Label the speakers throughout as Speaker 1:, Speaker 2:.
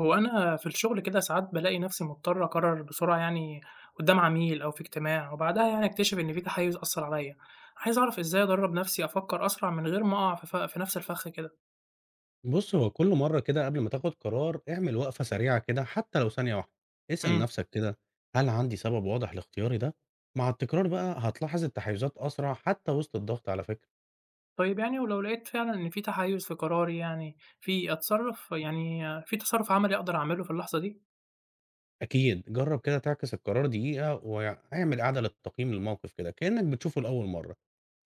Speaker 1: هو أنا في الشغل كده ساعات بالاقي نفسي مضطر أقرر بسرعة يعني قدام عميل أو في اجتماع وبعدها يعني أكتشف إن في تحيز أثر عليا، عايز أعرف إزاي أدرب نفسي أفكر أسرع من غير ما أقع في نفس الفخ كده.
Speaker 2: بُص، هو كل مرّة كده قبل ما تاخد قرار، اعمل وقفة سريعة كده حتى لو ثانية واحدة، اسأل
Speaker 1: امم.
Speaker 2: نفْسك كده هل عندي سبب واضح لاختياري ده؟ مع التكرار بقى هتلاحظ التحيزات أسرع حتى وسط الضغط على فكرة،
Speaker 1: طيب يعني ولو لقيت فعلا إن في تحيز في قراري يعني في أتصرف يعني في تصرف عملي أقدر أعمله في اللحظة دي؟
Speaker 2: أكيد جرّب كده تعكس القرار دقيقة واعمل إعادة للتقييم للموقف كده كإنك بتشوفه لأول مرّة،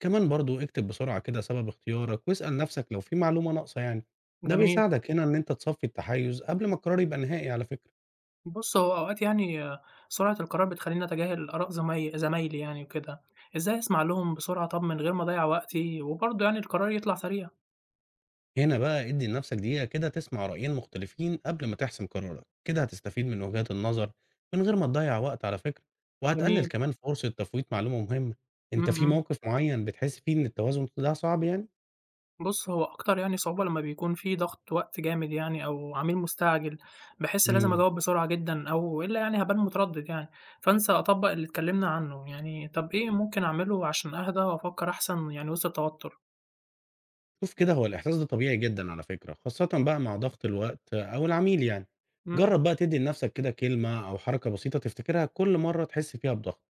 Speaker 2: كمان برضه اكتب بسرعة كده سبب اختيارك واسأل نفْسك لو في معلومة ناقصة يعني، ده
Speaker 1: جميل.
Speaker 2: بيساعدك هنا إن أنت تصفّي التحيز قبل ما القرار يبقى نهائي على فكرة.
Speaker 1: بص، هو أوقات يعني آه، سرعة القرار بتخليني أتجاهل آراء زمايلي يعني وكده، إزاي أسمع لهم بسرعة طب من غير ما أضيع وقتي وبرضه يعني القرار يطلع سريع؟
Speaker 2: هنا بقى ادي لنفسك دقيقة كده تسمع رأيين مختلفين قبل ما تحسم قرارك كده هتستفيد من وجهات النظر من غير ما تضيع وقت على فكرة، وهتقلل
Speaker 1: جميل.
Speaker 2: كمان فرصة تفويت معلومة مهمة.
Speaker 1: إمم،
Speaker 2: انت في
Speaker 1: إمم.
Speaker 2: موقف معين بتحس فيه ان التوازن ده صعب يعني؟
Speaker 1: بُص، هو أكتر يعني صعوبة لمّا بيكون في ضغط وقت جامد يعني أو عميل مستعجل، باحس لازم
Speaker 2: امم.
Speaker 1: أجاوب بسرعة جدًا أو إلا يعني هابان متردد يعني، فانسى أطبّق اللي اتكلمنا عنه. يعني طب إيه ممكن أعمله عشان أهدى وأفكر أحسن يعني وسط التوتر؟
Speaker 2: شوف كده، هو الإحساس ده طبيعي جدا على فكرة، خاصة بقى مع ضغط الوقت أو العميل يعني.
Speaker 1: إمم.
Speaker 2: جرب بقى تدي لنفسك كده كلمة أو حركة بسيطة تفتكرها كل مرة تحس فيها بضغط،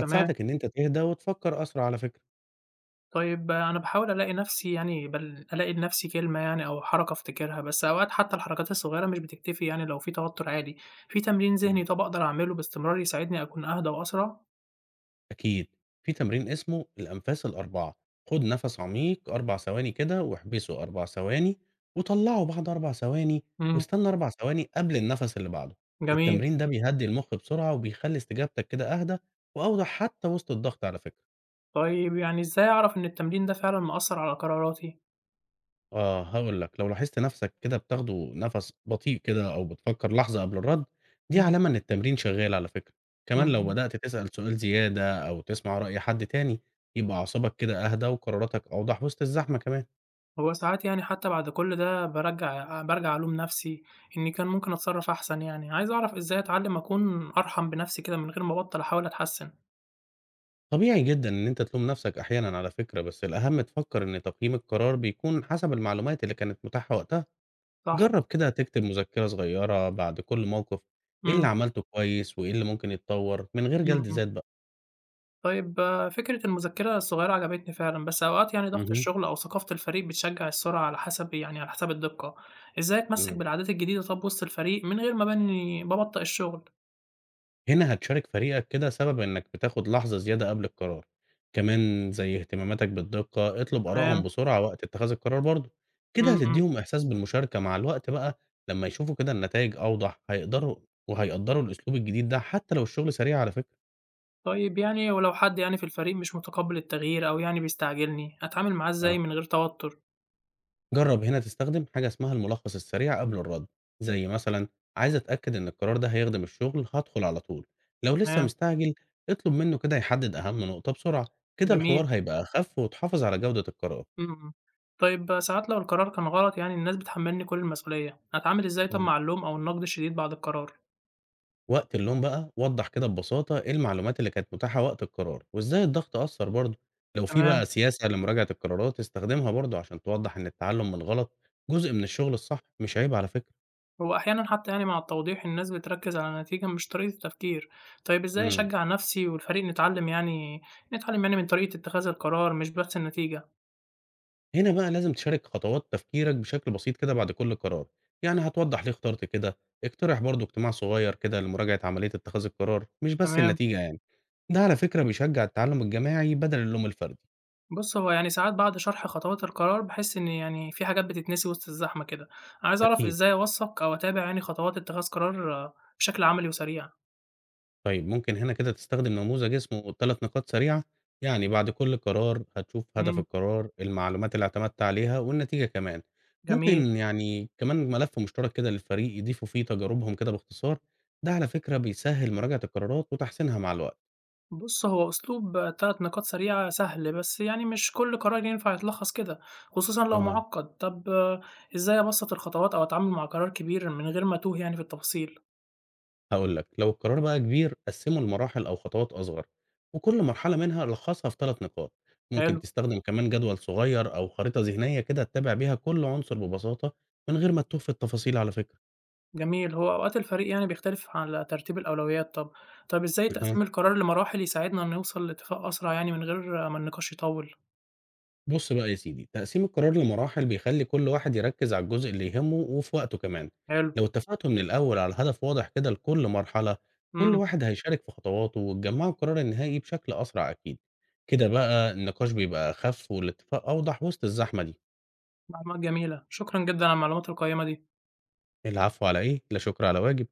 Speaker 1: تمام.
Speaker 2: ان انت تهدى وتفكر أسرع على فكرة.
Speaker 1: طيب أنا باحاول ألاقي نفسي يعني ألاقي لنفسي كلمة يعني أو حركة أفتكرها، بس أوقات حتى الحركات الصغيرة مش بتكتفي يعني لو في توتر عالي. في تمرين ذهني
Speaker 2: مم.
Speaker 1: طب أقدر أعمله باستمرار يساعدني أكون أهدى وأسرع؟
Speaker 2: أكيد. في تمرين اسمه الأنفاس الأربعة، خد نفس عميق 4 ثواني كده واحبسه 4 ثواني، وطلعه بعد 4 ثواني،
Speaker 1: إمم.
Speaker 2: واستنى 4 ثواني قبل النفس اللي بعده.
Speaker 1: جميل.
Speaker 2: التمرين ده بيهدي المخ بسرعة وبيخلي استجابتك كده أهدى وأوضح حتى وسط الضغط على فكرة.
Speaker 1: طيب يعني إزاي أعرف إن التمرين ده فعلًا مأثّر على قراراتي؟
Speaker 2: آه، هاقول لك، لو لاحظت نَفْسك كده بتاخده نَفَس بطيء كده أو بتفكّر لحظة قبل الرَّد، دي
Speaker 1: إمم،
Speaker 2: علامة إن التمرين شغّال على فكرة. كمان لو
Speaker 1: إمم.
Speaker 2: بدأت تسأل سؤال زيادة أو تسمع رأي حد تاني، يبقى أعصابك كده أهدى وقراراتك أوضح وسط الزحمة كمان.
Speaker 1: هو ساعات يعني حتى بعد كل ده بارجع ألوم نفسي إني كان ممكن أتصرّف أحسن يعني، عايز أعرف إزاي أتعلّم أكون أرحم بنفسي كده من غير ما أبطّل أحاول أتحسّن.
Speaker 2: طبيعي جدًا إن أنت تلوم نَفْسك أحيانًا على فكرة، بس الأهم تفكّر إن تقييم القرار بيكون حسب المعلومات اللي كانت متاحة وقتها.
Speaker 1: صح.
Speaker 2: جرّب كده تكتب مذكرة صغيّرة بعد كل موقف، إيه اللي
Speaker 1: إمم،
Speaker 2: عملته كويس وإيه اللي ممكن يتطوّر من غير
Speaker 1: إمم.
Speaker 2: جلد
Speaker 1: إمم،
Speaker 2: ذات بقى.
Speaker 1: طيب آه، فكرة المذكرة الصغيّرة عجبتني فعلًا، بس أوقات يعني ضغط
Speaker 2: اهم.
Speaker 1: الشغل أو ثقافة الفريق بتشجّع السرعة على حسب يعني على حساب الدقة، إزاي أتمسّك
Speaker 2: إمم.
Speaker 1: بالعادات الجديدة طَب وسط الفريق من غير ما أبان إني بابطّئ الشغل؟
Speaker 2: هنا هتشارك فريقك كده سبب إنك بتاخد لحظة زيادة قبل القرار، كمان زي اهتماماتك بالدقة اطلب آرائهم
Speaker 1: تمام.
Speaker 2: بسرعة وقت اتخاذ القرار برضه، كده
Speaker 1: إمم، إمم.
Speaker 2: هتديهم إحساس بالمشاركة مع الوقت بقى. لما يشوفوا كده النتائج أوضح هيقدروا الأسلوب الجديد ده حتى لو الشغل سريع على فكرة.
Speaker 1: طيب يعني ولو حد يعني في الفريق مش متقبل التغيير أو يعني بيستعجلني، أتعامل معاه إزاي
Speaker 2: آه.
Speaker 1: من غير توتر؟
Speaker 2: جرب هنا تستخدم حاجة اسمها الملخص السريع قبل الرد، زي مثلا عايز أتأكد إن القرار ده هيخدم الشغل هدخل على طول، لو لسه
Speaker 1: تمام.
Speaker 2: مستعجل اطلب منه كده يحدد أهم نقطة بسرعة، كده
Speaker 1: جميل.
Speaker 2: الحوار هيبقى أخف وتحافظ على جودة القرار.
Speaker 1: إمم، إمم. طيب ساعات لو القرار كان غلط يعني الناس بتحملني كل المسؤولية، أتعامل إزاي طب مع اللوم أو النقد الشديد بعد القرار؟
Speaker 2: ووقت اللوم بقى وضّح كده ببساطة إيه المعلومات اللي كانت متاحة وقت القرار، وإزاي الضغط أثّر برضه، لو في
Speaker 1: تمام.
Speaker 2: بقى سياسة لمراجعة القرارات استخدمها برضه عشان توضّح إن التعلم من الغلط جزء من الشغل الصح مش عيب على فكرة.
Speaker 1: وأحيانًا حتى يعني مع التوضيح الناس بتركز على النتيجة مش طريقة التفكير، طيب إزاي
Speaker 2: إمم،
Speaker 1: أشجع نفسي والفريق نتعلم يعني نتعلم يعني من طريقة اتخاذ القرار مش بس النتيجة؟
Speaker 2: هنا بقى لازم تشارك خطوات تفكيرك بشكل بسيط كده بعد كل قرار، يعني هتوضّح ليه اخترت كده، اقترح برضه اجتماع صغير كده لمراجعة عملية اتخاذ القرار مش بس
Speaker 1: تمام.
Speaker 2: النتيجة يعني، ده على فكرة بيشجّع التعلم الجماعي بدل اللوم الفردي.
Speaker 1: بُص، هو يعني ساعات بعد شرح خطوات القرار باحس إن يعني في حاجات بتتنسي وسط الزحمة كده، عايز أعرف
Speaker 2: أكيد.
Speaker 1: إزاي أوثّق أو أتابع يعني خطوات اتخاذ قرار آه، بشكل عملي وسريع؟
Speaker 2: طيب ممكن هنا كده تستخدم نموذج اسمه 3 نقاط سريعة، يعني بعد كل قرار هتشوف هدف
Speaker 1: إمم.
Speaker 2: القرار المعلومات اللي اعتمدت عليها والنتيجة كمان.
Speaker 1: جميل.
Speaker 2: ممكن يعني كمان ملف مشترك كده للفريق يضيفوا فيه تجاربهم كده باختصار، ده على فكرة بيسهل مراجعة القرارات وتحسينها مع الوقت.
Speaker 1: بُص، هو أسلوب 3 نقاط سريعة سهل، بس يعني مش كل قرار ينفع يتلخّص كده، خصوصًا لو
Speaker 2: اه،
Speaker 1: معقّد. طب آه، إزاي أبسّط الخطوات أو أتعامل مع قرار كبير من غير ما أتوه يعني في التفاصيل؟
Speaker 2: هقول لك، لو القرار بقى كبير قسمه لمراحل او خطوات اصغر، وكل مرحلة منها لخصها في 3 نقاط. ممكن
Speaker 1: حلو.
Speaker 2: تستخدم كمان جدول صغير او خريطة ذهنية كده تتابع بيها كل عنصر ببساطة من غير ما تتوه في التفاصيل على فكرة.
Speaker 1: جميل. هو أوقات الفريق يعني بيختلف على ترتيب الأولويات طبعًا. طب إزاي تقسيم القرار لمراحل يساعدنا نوصل لاتفاق أسرع يعني من غير ما النقاش يطوِّل؟
Speaker 2: بُص بقى يا سيدي، تقسيم القرار لمراحل بيخلّي كل واحد يركّز على الجزء اللي يهمه وفي وقته كمان،
Speaker 1: حلو.
Speaker 2: لو اتفقتوا من الأول على هدف واضح كده لكل مرحلة، كل
Speaker 1: إمم.
Speaker 2: واحد هيشارك في خطواته وتجمّعوا القرار النهائي بشكل أسرع أكيد، كده بقى النقاش بيبقى أخف والاتفاق أوضح وسط الزحمة دي.
Speaker 1: معلومات جميلة، شكرًا جدًا على المعلومات القيّمة دي.
Speaker 2: العفو على إيه، لا شكر على واجب.